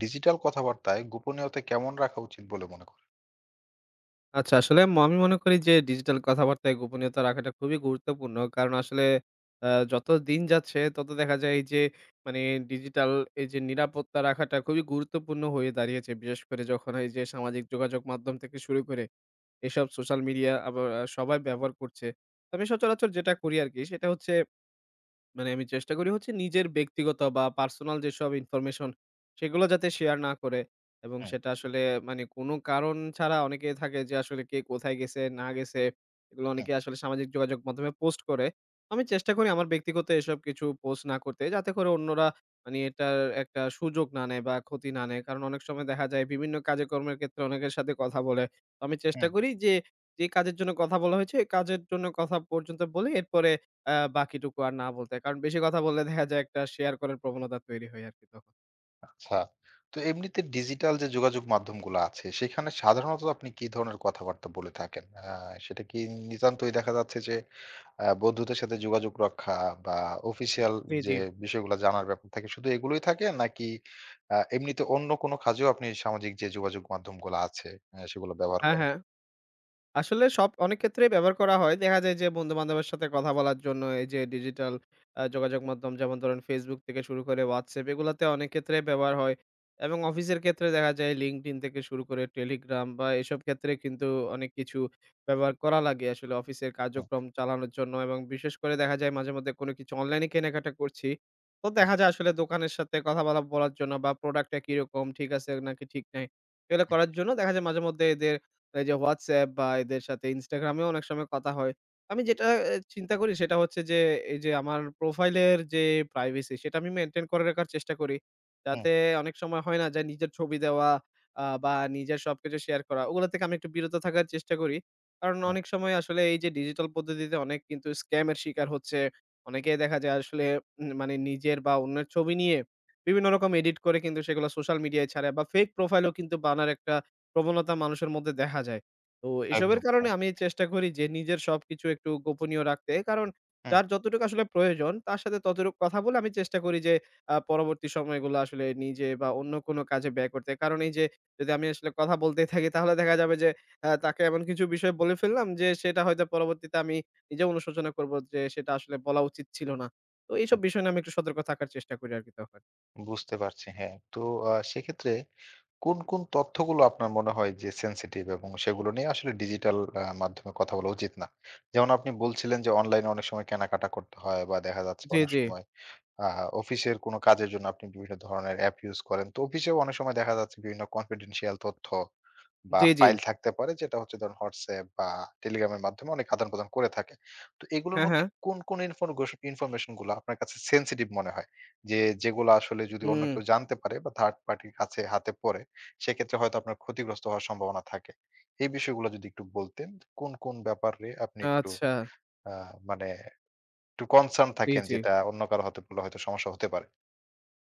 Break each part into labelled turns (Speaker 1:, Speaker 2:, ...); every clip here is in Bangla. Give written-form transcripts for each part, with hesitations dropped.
Speaker 1: ডিজিটাল কথাবার্তায় গোপনীয়তা কেমন রাখা উচিত বলে মনে করেন?
Speaker 2: আচ্ছা, আসলে আমি মনে করি যে ডিজিটাল কথাবার্তায় গোপনীয়তা রাখাটা খুবই গুরুত্বপূর্ণ। কারণ আসলে যত দিন যাচ্ছে তত দেখা যায় এই যে, মানে, ডিজিটাল এই যে নিরাপত্তা রাখাটা খুবই গুরুত্বপূর্ণ হয়ে দাঁড়িয়েছে। বিশেষ করে যখন এই যে সামাজিক যোগাযোগ মাধ্যম থেকে শুরু করে এসব সোশ্যাল মিডিয়া আবার সবাই ব্যবহার করছে। তো আমি সচরাচর যেটা করি আরকি সেটা হচ্ছে, মানে, আমি চেষ্টা করি হচ্ছে নিজের ব্যক্তিগত বা পার্সোনাল যেসব ইনফরমেশন সেগুলো যাতে শেয়ার না করে, এবং
Speaker 1: হুম,
Speaker 2: সেটা আসলে, মানে, কোনো কারণ ছাড়া অনেকে থাকে যে আসলে কে কোথায় গেছে না গেছে এগুলো
Speaker 1: হুম,
Speaker 2: অনেকে আসলে সামাজিক যোগাযোগ মাধ্যমে পোস্ট করে। আমি চেষ্টা করি আমার ব্যক্তিগত এসব কিছু পোস্ট না করতে যাতে করে অন্যরা, মানে, এটার একটা সুযোগ না নেয় বা ক্ষতি না নেয়। কারণ অনেক সময় দেখা যায় বিভিন্ন কাজে কর্মের ক্ষেত্রে অনেকের সাথে কথা বলে। তো আমি চেষ্টা
Speaker 1: হুম।
Speaker 2: করি যে, যে কাজের জন্য কথা বলা হয়েছে এই কাজের জন্য কথা পর্যন্ত বলে এরপরে বাকিটুকু আর না বলতে। কারণ বেশি কথা বললে দেখা যায় একটা শেয়ার করার প্রবণতা তৈরি হয় আরকি তখন।
Speaker 1: আচ্ছা। তো এমনিতে ডিজিটাল যে যোগাযোগ মাধ্যমগুলা আছে, সেখানে সাধারণত আপনি কি ধরনের কথাবার্তা বলে থাকেন? সেটা কি নিতান্তই দেখা যাচ্ছে যে বন্ধুদের সাথে যোগাযোগ রক্ষা বা অফিসিয়াল
Speaker 2: জি, জি।
Speaker 1: যে বিষয়গুলা জানার ব্যাপার থাকে, শুধু এগুলোই থাকে? নাকি এমনিতে অন্য কোনো কাজেও আপনি সামাজিক যে যোগাযোগ মাধ্যমগুলা আছে, সেগুলো ব্যবহার
Speaker 2: হ্যাঁ,
Speaker 1: করেন?
Speaker 2: হ্যাঁ। আসলে সব অনেক ক্ষেত্রেই ব্যবহার করা হয়। দেখা যায় যে বন্ধু-বান্ধবের সাথে কথা বলার জন্য এই যে ডিজিটাল যোগাযোগ মাধ্যম যেমন ধরেন Facebook থেকে শুরু করে WhatsApp এগুলাতে অনেক ক্ষেত্রে ব্যবহার হয়। এবং অফিসের ক্ষেত্রে দেখা যায় LinkedIn থেকে শুরু করে Telegram বা এসব ক্ষেত্রে কিন্তু অনেক কিছু ব্যবহার করা লাগে আসলে অফিসের
Speaker 1: হুম,
Speaker 2: কার্যক্রম চালানোর জন্য। এবং বিশেষ করে দেখা যায় মাঝে মধ্যে কোনো কিছু অনলাইনে কেনাকাটা করছি। তো
Speaker 1: হুম,
Speaker 2: দেখা যায় আসলে দোকানের সাথে কথা বলার জন্য বা প্রোডাক্টটা কিরকম ঠিক আছে নাকি ঠিক নাই, এগুলো
Speaker 1: হুম,
Speaker 2: করার জন্য দেখা যায় মাঝে মধ্যে এদের এই যে WhatsApp বা এদের সাথে Instagram এও অনেক সময় কথা হয়। আমি যেটা চিন্তা করি সেটা হচ্ছে যে, এই যে আমার প্রোফাইলের যে প্রাইভেসি সেটা আমি মেইনটেইন করে রাখার চেষ্টা করি।
Speaker 1: হুম,
Speaker 2: যাতে অনেক সময় হয় না যে নিজের ছবি দেওয়া বা নিজের সবকিছু শেয়ার করা, ওগুলা থেকে আমি একটু বিরত থাকার চেষ্টা করি। কারণ
Speaker 1: হুম।
Speaker 2: অনেক সময় আসলে এই যে ডিজিটাল পদ্ধতিতে অনেক কিন্তু স্ক্যামের শিকার হচ্ছে। অনেকেই দেখা যায় আসলে মানে নিজের বা অন্যের ছবি নিয়ে বিভিন্ন রকম এডিট করে কিন্তু সেগুলো সোশ্যাল মিডিয়ায় ছাড়ে বা ফেক প্রোফাইলও কিন্তু বানার একটা প্রবণতা মানুষের মধ্যে দেখা যায়। তো এসবের
Speaker 1: একদম,
Speaker 2: কারণে
Speaker 1: হ্যাঁ।
Speaker 2: আমি চেষ্টা করি যে নিজের সবকিছু একটু গোপনীয় রাখতে। কারণ
Speaker 1: হুম,
Speaker 2: যার যতটুকু আসলে প্রয়োজন তার সাথে ততটুকু কথা বলে আমি চেষ্টা করি যে পরবর্তী সময়গুলো আসলে নিজে বা অন্য কোনো কাজে ব্যয় করতে। কারণ এই যে যদি আমি আসলে কথা বলতেই থাকি তাহলে দেখা যাবে যে তাকে এমন কিছু বিষয় বলে ফেললাম যে সেটা হয়তো পরবর্তীতে আমি নিজে অনুশোচনা করব যে সেটা আসলে বলা উচিত ছিল না। তো এইসব
Speaker 1: হুম।
Speaker 2: বিষয় নিয়ে আমি একটু সতর্ক থাকার চেষ্টা করি আরকি তখন।
Speaker 1: বুঝতে পারছি, হ্যাঁ। তো সেক্ষেত্রে কোন, কোন তথ্যগুলো আপনার মনে হয় যে সেনসিটিভ এবং সেগুলো নিয়ে আসলে ডিজিটাল মাধ্যমে কথা বলা উচিত না? যেমন আপনি বলছিলেন যে অনলাইনে অনেক সময় কেনাকাটা করতে হয় বা দেখা যাচ্ছে
Speaker 2: জি,
Speaker 1: অনেক
Speaker 2: জি।
Speaker 1: সময় আ অফিসের কোন কাজের জন্য আপনি বিভিন্ন ধরনের অ্যাপ ইউজ করেন। তো অফিসেও অনেক সময় দেখা যাচ্ছে বিভিন্ন কনফিডেনশিয়াল তথ্য বা
Speaker 2: জি, জি।
Speaker 1: ফাইল থাকতে পারে যেটা হচ্ছে ধরুন WhatsApp বা Telegram এর মাধ্যমে অনেক আদান-প্রদান করে থাকে। তো এগুলোর
Speaker 2: হ্যাঁ,
Speaker 1: মধ্যে
Speaker 2: হ্যাঁ।
Speaker 1: কোন, কোন ইনফরমেশন গুলা আপনার কাছে সেনসিটিভ মনে হয়? যে যেগুলা আসলে যদি অন্য
Speaker 2: হুম।
Speaker 1: কেউ জানতে পারে বা থার্ড পার্টির কাছে হাতে পড়ে, সেক্ষেত্রে হয়তো আপনার ক্ষতিগ্রস্ত হওয়ার সম্ভাবনা থাকে। এই বিষয়গুলো যদি একটু বলতেন, কোন, কোন ব্যাপারে আপনি একটু
Speaker 2: আচ্ছা।
Speaker 1: আ মানে একটু কনসার্ন
Speaker 2: জি,
Speaker 1: থাকেন
Speaker 2: জি।
Speaker 1: যেটা অন্য কারো হাতে পড়লে হয়তো সমস্যা হতে পারে?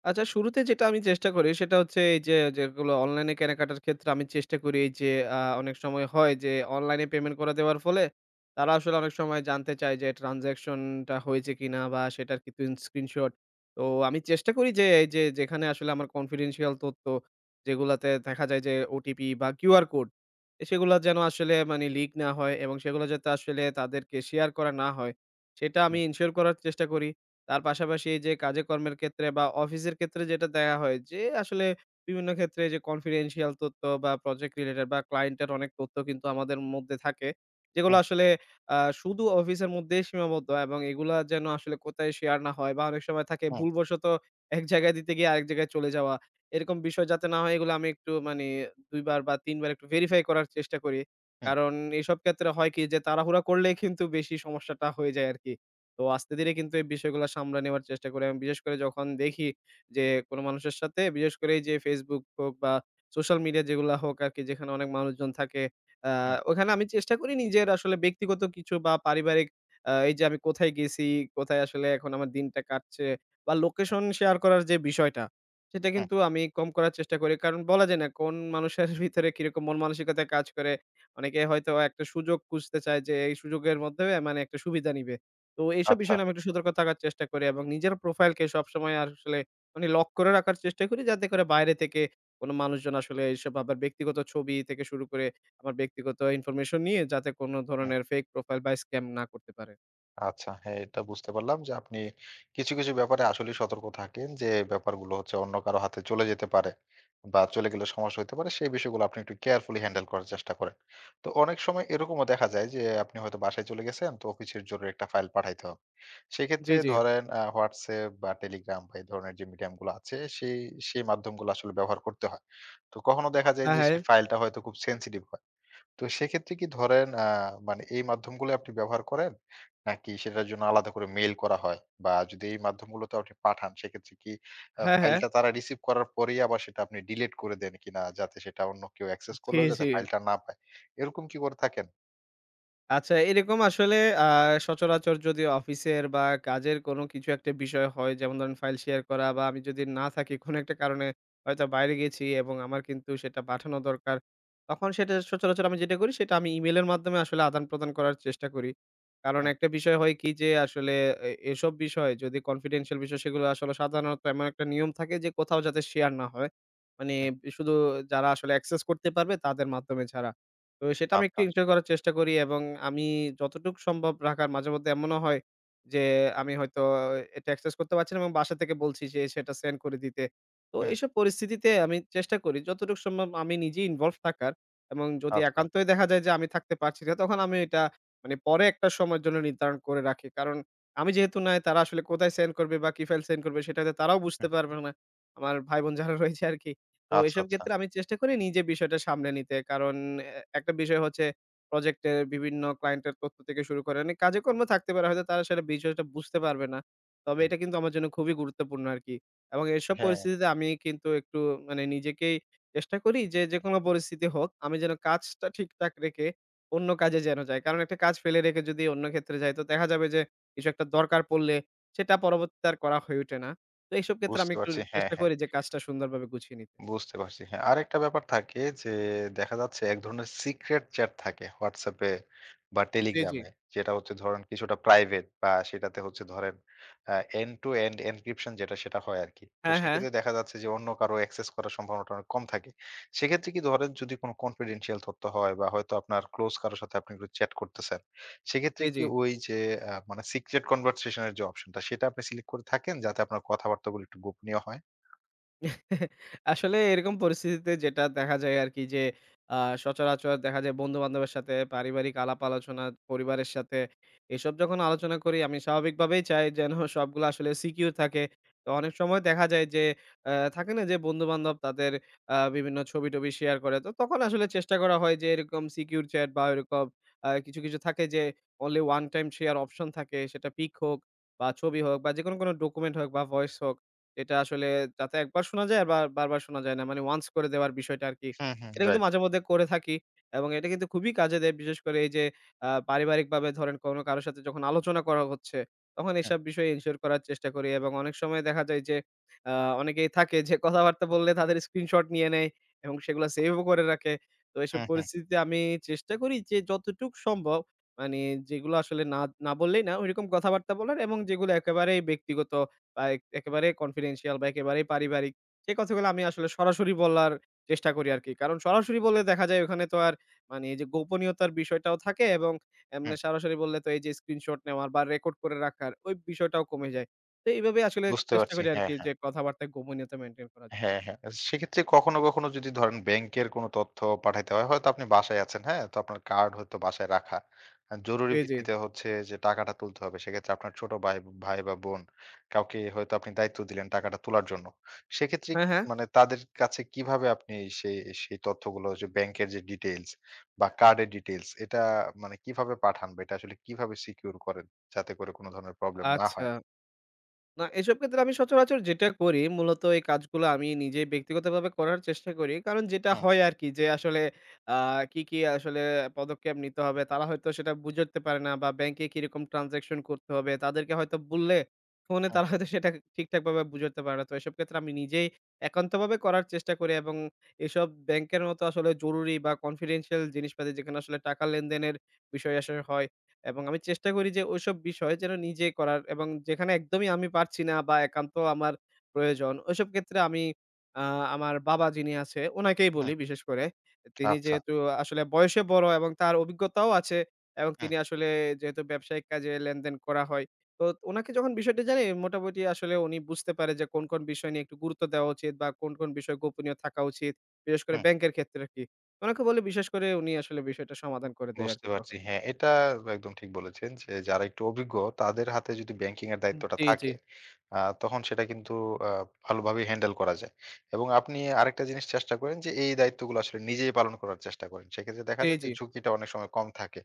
Speaker 2: আচ্ছা, শুরুতে যেটা আমি চেষ্টা করি সেটা হচ্ছে এই যে যেগুলো অনলাইনে কেনাকাটার ক্ষেত্রে আমি চেষ্টা করি এই যে, অনেক সময় হয় যে অনলাইনে পেমেন্ট করে দেওয়ার ফলে তারা আসলে অনেক সময় জানতে চায় যে ট্রানজ্যাকশনটা হয়েছে কিনা বা সেটার কিছু স্ক্রিনশট। তো আমি চেষ্টা করি যে এই যে যেখানে আসলে আমার কনফিডেন্সিয়াল তথ্য, যেগুলাতে দেখা যায় যে ওটিপি বা কিউআর কোড, সেগুলো যেন আসলে, মানে, লিক না হয় এবং সেগুলো যাতে আসলে তাদেরকে শেয়ার করা না হয় সেটা
Speaker 1: হুম,
Speaker 2: আমি ইনশিওর করার চেষ্টা করি। তার পাশাপাশি এই যে কাজে কর্মের ক্ষেত্রে বা অফিসের ক্ষেত্রে যেটা দেখা হয় যে আসলে বিভিন্ন ক্ষেত্রে যে কনফিডেন্সিয়াল তথ্য বা প্রজেক্ট রিলেটেড বা ক্লায়েন্টের অনেক তথ্য কিন্তু আমাদের মধ্যে থাকে,
Speaker 1: হুম,
Speaker 2: যেগুলো আসলে শুধু অফিসের মধ্যেই সীমাবদ্ধ, এবং এগুলা যেন আসলে কোথায় শেয়ার না হয় বা অনেক সময় থাকে
Speaker 1: হুম,
Speaker 2: ভুলবশত এক জায়গায় দিতে গিয়ে আরেক জায়গায় চলে যাওয়া এরকম বিষয় যাতে না হয় এগুলো আমি একটু, মানে, দুইবার বা তিনবার একটু ভেরিফাই করার চেষ্টা করি।
Speaker 1: হুম,
Speaker 2: কারণ এসব ক্ষেত্রে হয় কি যে তাড়াহুড়া করলে কিন্তু বেশি সমস্যাটা হয়ে যায় আর কি। তো আস্তে ধীরে কিন্তু এই বিষয়গুলো সামলে নেওয়ার চেষ্টা করি আমি। বিশেষ করে যখন দেখি যে কোনো মানুষের সাথে বিশেষ করে এই যে Facebook হোক বা সোশ্যাল মিডিয়া যেগুলা হোক আরকি যেখানে অনেক মানুষজন থাকে। আ
Speaker 1: হুম,
Speaker 2: ওখানে আমি চেষ্টা করি নিজের আসলে ব্যক্তিগত কিছু বা পারিবারিক, এই যে আমি কোথায় গেছি, কোথায় আসলে এখন আমার দিনটা কাটছে বা লোকেশন শেয়ার করার যে বিষয়টা, সেটা
Speaker 1: হুম।
Speaker 2: কিন্তু আমি কম করার চেষ্টা করি। কারণ বলা যায় না কোন মানুষের ভিতরে কিরকম মন মানসিকতা কাজ করে। অনেকে হয়তো একটা সুযোগ খুঁজতে চায় যে এই সুযোগের মধ্যে, মানে, একটা সুবিধা নিবে। তো এইসব
Speaker 1: আচ্ছা।
Speaker 2: বিষয় নিয়ে আমি একটু সতর্ক থাকার চেষ্টা করি এবং নিজের প্রোফাইলকে সবসময় আসলে, মানে, লক করে রাখার চেষ্টা করি যাতে করে বাইরে থেকে কোনো মানুষজন আসলে এইসব আবার ব্যক্তিগত ছবি থেকে শুরু করে আমার ব্যক্তিগত ইনফরমেশন নিয়ে যাতে কোনো
Speaker 1: হুম।
Speaker 2: ধরনের ফেক প্রোফাইল বা স্ক্যাম না করতে পারে।
Speaker 1: আচ্ছা, হ্যাঁ, এটা বুঝতে পারলাম যে আপনি কিছু, কিছু ব্যাপারে আসলেই সতর্ক থাকেন যে ব্যাপারগুলো হচ্ছে অন্য কারো হাতে চলে যেতে পারে বা চলে গেলে সমস্যা হইতে পারে। সেই বিষয়গুলো আপনি একটু কেয়ারফুলি হ্যান্ডেল করার চেষ্টা করেন। তো অনেক সময় এরকমও দেখা যায় যে আপনি হয়তো বাসায় চলে গেছেন তো অফিসের জরুরি একটা ফাইল পাঠাইতে হবে। সেক্ষেত্রে
Speaker 2: জি, জি।
Speaker 1: ধরেন WhatsApp বা Telegram বা এই ধরনের যে মিডিয়াম গুলো আছে সেই, সেই মাধ্যমগুলো আসলে ব্যবহার করতে হয়। তো কখনো দেখা যায়
Speaker 2: হ্যাঁ,
Speaker 1: যে
Speaker 2: হ্যাঁ।
Speaker 1: সেই ফাইলটা হয়তো খুব সেনসিটিভ হয়। তো সেক্ষেত্রে কি ধরেন মানে এই মাধ্যমগুলো আপনি ব্যবহার করেন? নাকি সেটার জন্য আলাদা করে মেইল করা হয়? বা যদি এই মাধ্যমগুলোতে আপনি পাঠান সেক্ষেত্রে কি
Speaker 2: হ্যাঁ, হ্যাঁ।
Speaker 1: ফাইলটা তারা রিসিভ করার পরেই আবার সেটা আপনি ডিলিট করে দেন কিনা? যাতে সেটা অন্য কেউ অ্যাক্সেস
Speaker 2: জি,
Speaker 1: করলেও যাতে
Speaker 2: জি।
Speaker 1: ফাইলটা না পায়। এরকম কি করে থাকেন?
Speaker 2: আচ্ছা, এরকম আসলে, আ সচরাচর যদি অফিসের বা কাজের কোনো কিছু একটা বিষয় হয়, যেমন ধরেন ফাইল শেয়ার করা বা আমি যদি না থাকি কোনো একটা কারণে হয়তো বাইরে গেছি এবং আমার কিন্তু সেটা পাঠানো দরকার। তখন সেটা সচরাচর আমি যেটা করি সেটা আমি ইমেইলের মাধ্যমে আসলে আদান-প্রদান করার চেষ্টা করি। কারণ
Speaker 1: হুম,
Speaker 2: একটা বিষয় হয় কি যে আসলে এসব বিষয় যদি confidential বিষয়, সেগুলো আসলে সাধারণত এমন একটা নিয়ম থাকে যে কোথাও যাতে শেয়ার না হয়। মানে,
Speaker 1: হুম।
Speaker 2: শুধু যারা আসলে access করতে পারবে তাদের মাধ্যমে ছাড়া। তো সেটা আমি একটু
Speaker 1: আচ্ছা।
Speaker 2: এনজয় করার চেষ্টা করি এবং আমি যতটুকু সম্ভব রাখার মাঝে মধ্যে এমনও হয় যে, আমি হয়তো এটা অ্যাক্সেস করতে পারছি না এবং বাসা থেকে বলছি যে সেটা সেন্ড করে দিতে। তো
Speaker 1: হুম,
Speaker 2: এইসব পরিস্থিতিতে আমি চেষ্টা করি যতটুকু সম্ভব আমি নিজেই ইনভলভ থাকার, এবং যদি
Speaker 1: আচ্ছা।
Speaker 2: একান্তই দেখা যায় যে আমি থাকতে পারছি না, তখন আমি এটা, মানে, পরে একটা সময়ের জন্য নির্ধারণ করে রাখি। কারণ আমি যেহেতু নাই তারা আসলে কোথায় সেন্ড করবে বা কি ফাইল সেন্ড করবে সেটা হয়তো তারাও বুঝতে
Speaker 1: হুম,
Speaker 2: পারবে না। আমার ভাই-বোন যারা রয়েছে আরকি। তো
Speaker 1: আচ্ছা,
Speaker 2: এসব
Speaker 1: আচ্ছা।
Speaker 2: ক্ষেত্রে আমি চেষ্টা করি নিজে বিষয়টা সামলে নিতে। কারণ এ একটা বিষয় হচ্ছে প্রজেক্টের বিভিন্ন ক্লায়েন্টের তথ্য থেকে শুরু করে অনেক কাজে-কর্ম থাকতে পারে। হয়তো তারা সেটা বিষয়টা বুঝতে পারবে না। তবে
Speaker 1: হুম,
Speaker 2: এটা কিন্তু আমার জন্য খুবই গুরুত্বপূর্ণ আরকি। এবং এসব
Speaker 1: হ্যাঁ,
Speaker 2: পরিস্থিতিতে আমি কিন্তু একটু, মানে, নিজেকেই চেষ্টা করি যে, যেকোনো পরিস্থিতি হোক আমি যেন কাজটা ঠিকঠাক রেখে অন্য কাজে যেন যাই। কারণ একটা কাজ ফেলে রেখে যদি অন্য ক্ষেত্রে যাই তো দেখা যাবে যে কিছু একটা দরকার পড়লে সেটা পরবর্তীতে আর করা হয়ে ওঠে না। তো এইসব ক্ষেত্রে আমি
Speaker 1: বুঝতে
Speaker 2: একটু
Speaker 1: পারছি। হ্যাঁ,
Speaker 2: চেষ্টা
Speaker 1: হ্যাঁ।
Speaker 2: করি যে কাজটা সুন্দরভাবে গুছিয়ে নিতে।
Speaker 1: বুঝতে পারছি। হ্যাঁ, আরেকটা ব্যাপার থাকে যে দেখা যাচ্ছে এক ধরনের সিক্রেট চ্যাট থাকে WhatsApp এ বা
Speaker 2: জি,
Speaker 1: Telegram
Speaker 2: জি।
Speaker 1: এ। যেটা হচ্ছে ধরেন কিছুটা প্রাইভেট বা সেটাতে হচ্ছে ধরেন আ end to end encryption যেটা সেটা হয় আরকি। তো
Speaker 2: হ্যাঁ, হ্যাঁ।
Speaker 1: সেক্ষেত্রে দেখা যাচ্ছে যে অন্য কারো access করার সম্ভাবনাটা অনেক কম থাকে। সেক্ষেত্রে কি ধরেন যদি কোনো confidential তথ্য হয় বা হয়তো আপনার ক্লোজ কারো সাথে আপনি একটু চ্যাট করতেছেন, সেক্ষেত্রে
Speaker 2: জি,
Speaker 1: কি
Speaker 2: জি।
Speaker 1: ওই যে মানে সিক্রেট কনভারসেশন এর যে অপশনটা সেটা আপনি সিলেক্ট করে থাকেন যাতে আপনার কথাবার্তাগুলো একটু গোপনীয় হয়?
Speaker 2: আসলে এরকম পরিস্থিতিতে যেটা দেখা যায় আরকি যে, আ সচরাচর দেখা যায় বন্ধু-বান্ধবের সাথে পারিবারিক আলাপ-আলোচনা, পরিবারের সাথে এসব যখন আলোচনা করি আমি স্বাভাবিকভাবেই চাই যেন সবগুলো আসলে সিকিউর থাকে। তো অনেক সময় দেখা যায় যে, থাকে না যে বন্ধু-বান্ধব তাদের বিভিন্ন ছবি-টবি শেয়ার করে। তো তখন আসলে চেষ্টা করা হয় যে এরকম সিকিউর চ্যাট বা এরকম কিছু, কিছু থাকে যে only one time share option থাকে সেটা পিক হোক বা ছবি হোক বা যেকোনো কোনো ডকুমেন্ট হোক বা ভয়েস হোক, এটা আসলে যাতে একবার শোনা যায় আর বারবার শোনা যায় না। মানে, ওয়ান্স করে দেওয়ার বিষয়টা আরকি।
Speaker 1: হুম, হুম।
Speaker 2: এটা কিন্তু
Speaker 1: রাইট।
Speaker 2: মাঝেমধ্যে করে থাকি এবং এটা কিন্তু খুবই কাজে দেয়। বিশেষ করে এই যে পারিবারিকভাবে ধরেন কোনো কারো সাথে যখন আলোচনা করা হচ্ছে, তখন
Speaker 1: হুম,
Speaker 2: এসব বিষয়ে এনশিওর করার চেষ্টা করি এবং অনেক সময় দেখা যায় যে আ অনেকেই থাকে যে কথাবার্তা বললে তাদের স্ক্রিনশট নিয়ে নেয় এবং সেগুলা সেভও করে রাখে। তো এসব
Speaker 1: হুম, হুম।
Speaker 2: পরিস্থিতিতে আমি চেষ্টা করি যে যতটুক সম্ভব, মানে, যেগুলো আসলে না, না বললেই না ঐরকম কথাবার্তা বলার এবং যেগুলো একেবারেই ব্যক্তিগত বা একেবারে কনফিডেনশিয়াল বা একেবারেই পারিবারিক, সেই কথাগুলো আমি আসলে সরাসরি বলার চেষ্টা করি আরকি। কারণ সরাসরি বললে দেখা যায় ওখানে তো আর, মানে, এই যে গোপনীয়তার বিষয়টাও থাকে এবং
Speaker 1: হুম,
Speaker 2: এমনে সরাসরি বললে তো এই যে স্ক্রিনশট নেওয়ার বা রেকর্ড করে রাখার ওই বিষয়টাও কমে যায়। তো এইভাবে আসলে
Speaker 1: বুঝতে
Speaker 2: চেষ্টা
Speaker 1: পারছি।
Speaker 2: করি
Speaker 1: হ্যাঁ,
Speaker 2: আরকি
Speaker 1: হ্যাঁ।
Speaker 2: যে কথাবার্তায় গোপনীয়তা মেইনটেইন করার জন্য।
Speaker 1: হ্যাঁ, হ্যাঁ। আচ্ছা, সেক্ষেত্রে কখনো, কখনো যদি ধরেন ব্যাংকের কোনো তথ্য পাঠাইতে হয়, হয়তো আপনি বাসায় আছেন, হ্যাঁ? তো আপনার কার্ড হয়তো বাসায় রাখা। জরুরি
Speaker 2: জি, জি।
Speaker 1: ভিত্তিতে হচ্ছে যে টাকাটা তুলতে হবে। সেক্ষেত্রে আপনার ছোট ভাই বা বোন কাউকে হয়তো আপনি দায়িত্ব দিলেন টাকাটা তোলার জন্য। সেক্ষেত্রে
Speaker 2: হ্যাঁ, হ্যাঁ।
Speaker 1: মানে তাদের কাছে কিভাবে আপনি সেই, সেই তথ্যগুলো যে ব্যাংকের যে ডিটেইলস বা কার্ডের ডিটেইলস এটা মানে কিভাবে পাঠান বা এটা আসলে কিভাবে সিকিউর করেন? যাতে করে কোনো ধরনের প্রবলেম না
Speaker 2: আচ্ছা।
Speaker 1: হয়?
Speaker 2: না, এসব ক্ষেত্রে আমি সচরাচর যেটা করি মূলত এই কাজগুলো আমি নিজে ব্যক্তিগতভাবে করার চেষ্টা করি। কারণ যেটা
Speaker 1: হুম,
Speaker 2: হয় আরকি যে আসলে আ কি, কি আসলে পদক্ষেপ নিতে হবে তারা হয়তো সেটা বুঝে উঠতে পারে না বা ব্যাংকে কিরকম ট্রান্সেকশন করতে হবে তাদেরকে হয়তো বললে ফোনে
Speaker 1: হুম,
Speaker 2: তারা হয়তো সেটা ঠিকঠাকভাবে বুঝে উঠতে পারে না। তো এসব ক্ষেত্রে আমি নিজেই একান্তভাবে করার চেষ্টা করি এবং এসব ব্যাংকের মতো আসলে জরুরি বা কনফিডেনশিয়াল জিনিসপাতি যেখানে আসলে টাকা লেনদেনের বিষয় আসলে হয়, এবং আমি চেষ্টা করি যে ওইসব বিষয় যেন নিজে করার এবং যেখানে একদমই আমি পারছি না বা একান্ত আমার প্রয়োজন ওইসব ক্ষেত্রে আমি, আ আমার বাবা যিনি আছে উনাকেই
Speaker 1: হুম।
Speaker 2: বলি বিশেষ করে। তিনি
Speaker 1: আচ্ছা।
Speaker 2: যেহেতু আসলে বয়সে বড় এবং তার অভিজ্ঞতাও আছে এবং
Speaker 1: হুম,
Speaker 2: তিনি আসলে যেহেতু ব্যবসায়িক কাজে লেনদেন করা হয়। তো উনাকে যখন বিষয়টা জানাই মোটামুটি আসলে উনি বুঝতে পারে যে কোন, কোন বিষয় নিয়ে একটু গুরুত্ব দেওয়া উচিত বা কোন, কোন বিষয় গোপনীয় থাকা উচিত। বিশেষ করে
Speaker 1: হুম।
Speaker 2: ব্যাংকের ক্ষেত্রে আরকি। উনাকে বলে বিশেষ করে উনি আসলে বিষয়টা সমাধান করে দেয়
Speaker 1: বুঝতে
Speaker 2: আরকি
Speaker 1: পারছি।
Speaker 2: তখন।
Speaker 1: হ্যাঁ, এটা একদম ঠিক বলেছেন যে যারা একটু অভিজ্ঞ তাদের হাতে যদি ব্যাংকিং এর দায়িত্বটা
Speaker 2: জি, জি।
Speaker 1: থাকে, আ তখন সেটা কিন্তু আ ভালোভাবেই হ্যান্ডেল করা যায়। এবং আপনি আরেকটা জিনিস চেষ্টা করেন যে এই দায়িত্বগুলো আসলে নিজেই পালন করার চেষ্টা করেন। সেক্ষেত্রে দেখা
Speaker 2: জি,
Speaker 1: যায় যে
Speaker 2: জি।
Speaker 1: ঝুঁকিটা অনেক সময় কম থাকে।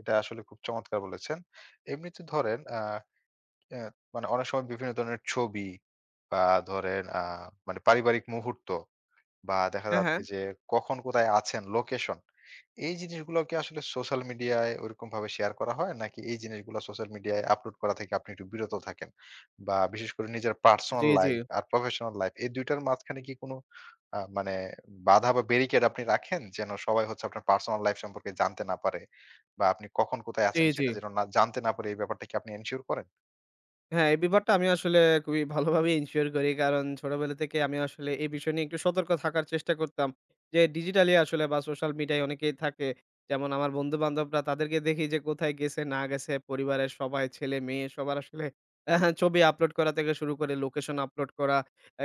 Speaker 1: এটা আসলে খুব চমৎকার বলেছেন। এমনিতে ধরেন আ অ্যা মানে অনেক সময় বিভিন্ন ধরনের ছবি বা ধরেন মানে পারিবারিক মুহূর্ত বা দেখা
Speaker 2: হ্যাঁ,
Speaker 1: যাচ্ছে
Speaker 2: হ্যাঁ।
Speaker 1: যে কখন কোথায় আছেন লোকেশন। এই জিনিসগুলো কি আসলে সোশ্যাল মিডিয়ায় ঐরকম ভাবে শেয়ার করা হয়? নাকি এই জিনিসগুলো সোশ্যাল মিডিয়ায় আপলোড করা থেকে আপনি একটু বিরত থাকেন? বা বিশেষ করে নিজের পার্সোনাল
Speaker 2: জি, জি।
Speaker 1: লাইফ আর প্রফেশনাল লাইফ এই ২ টার মাঝখানে কি কোনো মানে বাধা বা ব্যারিকেড আপনি রাখেন? যেন সবাই হচ্ছে আপনার পার্সোনাল লাইফ সম্পর্কে জানতে না পারে বা আপনি কখন কোথায়
Speaker 2: জি,
Speaker 1: আছেন
Speaker 2: জি।
Speaker 1: সেটা যেন না জানতে না পারে এই ব্যাপারটা কি আপনি এনশিওর করেন?
Speaker 2: হ্যাঁ, এই ব্যাপারটা আমি আসলে খুবই ভালোভাবে এনশিওর করি। কারণ ছোটবেলা থেকে আমি আসলে এই বিষয় নিয়ে একটু সতর্ক থাকার চেষ্টা করতাম। যে ডিজিটালি আসলে বা সোশ্যাল মিডিয়ায় অনেকেই থাকে। যেমন আমার বন্ধু-বান্ধবরা, তাদেরকে দেখি যে কোথায় গেছে না গেছে পরিবারের সবাই ছেলে-মেয়ে সবার আসলে আহা ছবি আপলোড করা থেকে শুরু করে লোকেশন আপলোড করা।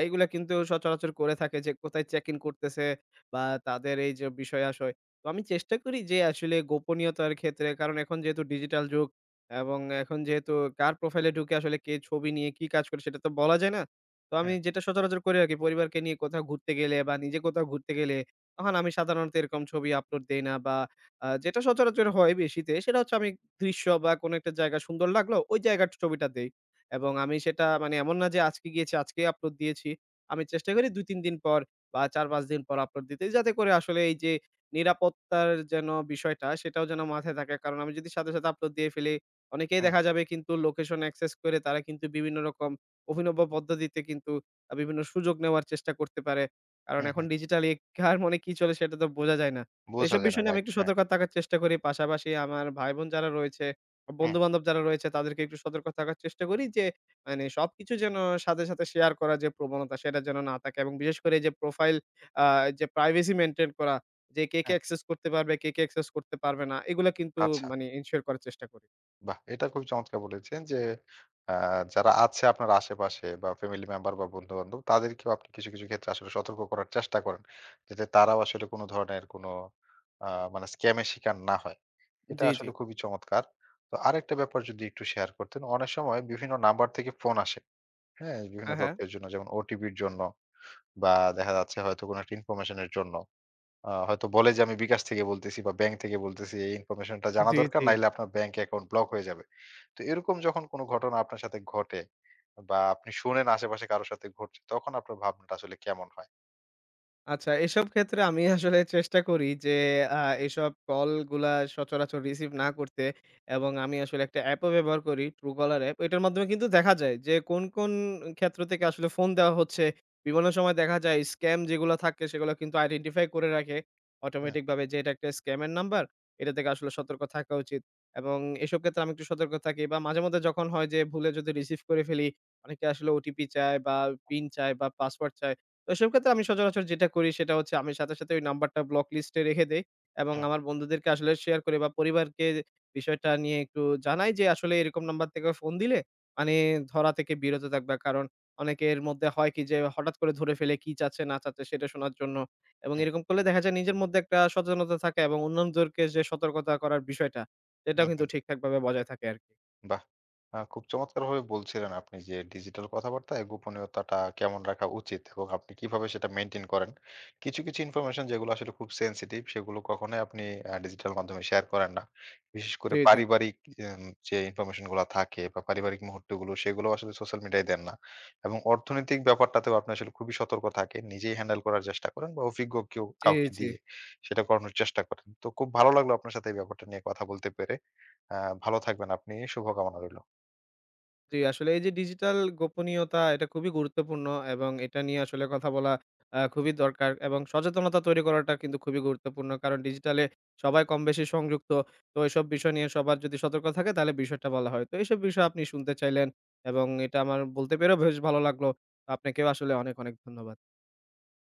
Speaker 2: এইগুলা কিন্তু সচরাচর করে থাকে, যে কোথায় চেক ইন করতেছে বা তাদের এই যে বিষয়-আশয়। তো আমি চেষ্টা করি যে আসলে গোপনীয়তার ক্ষেত্রে, কারণ এখন যেহেতু ডিজিটাল যুগ এবং এখন যেহেতু কার প্রোফাইলে ঢুকে আসলে কে ছবি নিয়ে কি কাজ করে সেটা তো বলা যায় না। তো
Speaker 1: হুম,
Speaker 2: আমি যেটা সচরাচর করে রাখি, পরিবারকে নিয়ে কোথাও ঘুরতে গেলে বা নিজে কোথাও ঘুরতে গেলে তখন আমি সাধারণত এরকম ছবি আপলোড দেই না, বা যেটা সচরাচর হয় বেশিতে সেটা হচ্ছে আমি দৃশ্য বা কোনো একটা জায়গা সুন্দর লাগলো ওই জায়গার ছবিটা দেই। এবং আমি সেটা মানে এমন না যে আজকে গিয়েছি আজকেই আপলোড দিয়েছি। আমি চেষ্টা করি ২-৩ দিন পর বা ৪-৫ দিন পর আপলোড দিতে, যাতে করে আসলে এই যে নিরাপত্তার যেন বিষয়টা সেটাও যেন মাথায় থাকে। কারণ আমি যদি সাথে, সাথে আপলোড দিয়ে ফেলি, অনেকেই
Speaker 1: হুম,
Speaker 2: দেখা যাবে কিন্তু লোকেশন অ্যাক্সেস করে তারা কিন্তু বিভিন্ন রকম অভিনব পদ্ধতিতে কিন্তু বিভিন্ন সুযোগ নেওয়ার চেষ্টা করতে পারে। কারণ
Speaker 1: হুম,
Speaker 2: এখন
Speaker 1: হুম।
Speaker 2: ডিজিটালি কার মনে কি চলে সেটা তো বোঝা যায় না। তো
Speaker 1: বোঝা
Speaker 2: এসব
Speaker 1: যায় না।
Speaker 2: বিষয় নিয়ে আমি
Speaker 1: রাইট।
Speaker 2: একটু
Speaker 1: হ্যাঁ।
Speaker 2: সতর্ক থাকার চেষ্টা করি। পাশাপাশি আমার ভাই-বোন যারা রয়েছে,
Speaker 1: হুম,
Speaker 2: বন্ধু-বান্ধব যারা রয়েছে তাদেরকে একটু সতর্ক থাকার চেষ্টা করি, যে মানে সবকিছু যেন সাথে, সাথে শেয়ার করার যে প্রবণতা সেটা যেন না থাকে। এবং বিশেষ করে এই যে প্রোফাইল, আ যে প্রাইভেসি মেইনটেইন করা, যে কে, কে
Speaker 1: হুম।
Speaker 2: অ্যাক্সেস করতে পারবে, কে, কে অ্যাক্সেস করতে পারবে না, এগুলা কিন্তু
Speaker 1: আচ্ছা।
Speaker 2: মানে এনশিওর করার চেষ্টা করি।
Speaker 1: বাহ! এটা খুবই চমৎকার বলেছেন যে, আ যারা আছে আপনার আশেপাশে বা ফ্যামিলি মেম্বার বা বন্ধু-বান্ধব তাদেরকেও আপনি কিছু, কিছু ক্ষেত্রে আসলে সতর্ক করার চেষ্টা করেন। যাতে তারাও আসলে কোন ধরনের কোন আ মানে স্ক্যাম এর শিকার না হয়। এটা
Speaker 2: জি, জি।
Speaker 1: আসলে খুবই চমৎকার। তো আরেকটা ব্যাপার যদি একটু শেয়ার করতেন। অনেক সময় বিভিন্ন নাম্বার থেকে ফোন আসে। হ্যাঁ? বিভিন্ন
Speaker 2: হ্যাঁ, হ্যাঁ।
Speaker 1: তথ্যের জন্য যেমন ওটিপির জন্য বা দেখা যাচ্ছে হয়তো কোন একটা ইনফরমেশন এর জন্য। হয়তো বলে যে আমি বিকাশ থেকে বলতেছি বা ব্যাংক থেকে বলতেছি এই ইনফরমেশনটা জানা
Speaker 2: জি,
Speaker 1: দরকার
Speaker 2: জি।
Speaker 1: নাইলে আপনার ব্যাংক অ্যাকাউন্ট ব্লক হয়ে যাবে। তো এরকম যখন কোনো ঘটনা আপনার সাথে ঘটে বা আপনি শুনেন আশেপাশে কারো সাথে ঘটছে তখন আপনার ভাবনাটা আসলে কেমন হয়?
Speaker 2: আচ্ছা, এসব ক্ষেত্রে আমি আসলে চেষ্টা করি যে আ এসব কলগুলা সচরাচর রিসিভ না করতে। এবং আমি আসলে একটা অ্যাপও ব্যবহার করি, Truecaller অ্যাপ। এটার মাধ্যমে কিন্তু দেখা যায় যে কোন, কোন ক্ষেত্র থেকে আসলে ফোন দেওয়া হচ্ছে। বিভিন্ন সময় দেখা যায় স্ক্যাম যেগুলো থাকে সেগুলো কিন্তু আইডেন্টিফাই করে রাখে
Speaker 1: হুম,
Speaker 2: অটোমেটিক ভাবে, যে এটা একটা স্ক্যামের নাম্বার। এটা থেকে আসলে সতর্ক থাকা উচিত। এবং এসব ক্ষেত্রে আমি একটু সতর্ক থাকি, বা মাঝে মধ্যে যখন হয় যে ভুলে যদি রিসিভ করে ফেলি, অনেকে আসলে ওটিপি চায় বা পিন চায় বা পাসওয়ার্ড চায়। এসব ক্ষেত্রে আমি সচরাচর যেটা করি সেটা হচ্ছে, আমি সাথে, সাথে ওই নাম্বারটা ব্লক লিস্টে রেখে দেই এবং
Speaker 1: হুম,
Speaker 2: আমার বন্ধুদেরকে আসলে শেয়ার করি বা পরিবারকে বিষয়টা নিয়ে একটু জানাই, যে আসলে এরকম নাম্বার থেকে ফোন দিলে মানে ধরা থেকে বিরত থাকবা। কারণ অনেকের মধ্যে হয় কি যে হঠাৎ করে ধরে ফেলে কি চাচ্ছে না চাচ্ছে সেটা শোনার জন্য। এবং
Speaker 1: হুম,
Speaker 2: এরকম করলে দেখা যায় নিজের মধ্যে একটা সচেতনতা থাকে এবং অন্যদেরকে যে সতর্কতা করার বিষয়টা
Speaker 1: হুম,
Speaker 2: সেটাও কিন্তু
Speaker 1: হুম।
Speaker 2: ঠিকঠাকভাবে বজায় থাকে আরকি।
Speaker 1: বাহ! খুব চমৎকারভাবে বলছিলেন আপনি যে ডিজিটাল কথাবার্তায় গোপনীয়তাটা কেমন রাখা উচিত এবং আপনি কিভাবে সেটা মেইনটেইন করেন। কিছু, কিছু ইনফরমেশন যেগুলো আসলে খুব সেনসিটিভ সেগুলো কখনোই আপনি ডিজিটাল মাধ্যমে শেয়ার করেন না। বিশেষ করে
Speaker 2: জি, জি,
Speaker 1: পারিবারিক এম যে ইনফরমেশন গুলা থাকে বা পারিবারিক মুহূর্তগুলো সেগুলো আসলে সোশ্যাল মিডিয়ায় দেন না। এবং অর্থনৈতিক ব্যাপারটাতেও আপনি আসলে খুবই সতর্ক থাকেন। নিজেই হ্যান্ডেল করার চেষ্টা করেন বা অভিজ্ঞ কেউ
Speaker 2: জি,
Speaker 1: কাউকে
Speaker 2: জি।
Speaker 1: দিয়ে সেটা করানোর চেষ্টা করেন। তো খুব ভালো লাগলো আপনার সাথে এই ব্যাপারটা নিয়ে কথা বলতে পেরে। আ ভালো থাকবেন আপনি। শুভকামনা রইল।
Speaker 2: জি, আসলে এই যে ডিজিটাল গোপনীয়তা এটা খুবই গুরুত্বপূর্ণ এবং এটা নিয়ে আসলে কথা বলা খুবই দরকার, এবং সচেতনতা তৈরি করাটা কিন্তু খুবই গুরুত্বপূর্ণ। কারণ ডিজিটালে সবাই কম বেশি সংযুক্ত। তো এসব বিষয় নিয়ে সবার যদি সতর্ক থাকে তাহলে বিষয়টা বলা হয়। তো এইসব বিষয় আপনি শুনতে চাইলেন এবং এটা আমার বলতে পেরেও বেশ ভালো লাগলো। আপনাকেও আসলে অনেক, অনেক ধন্যবাদ।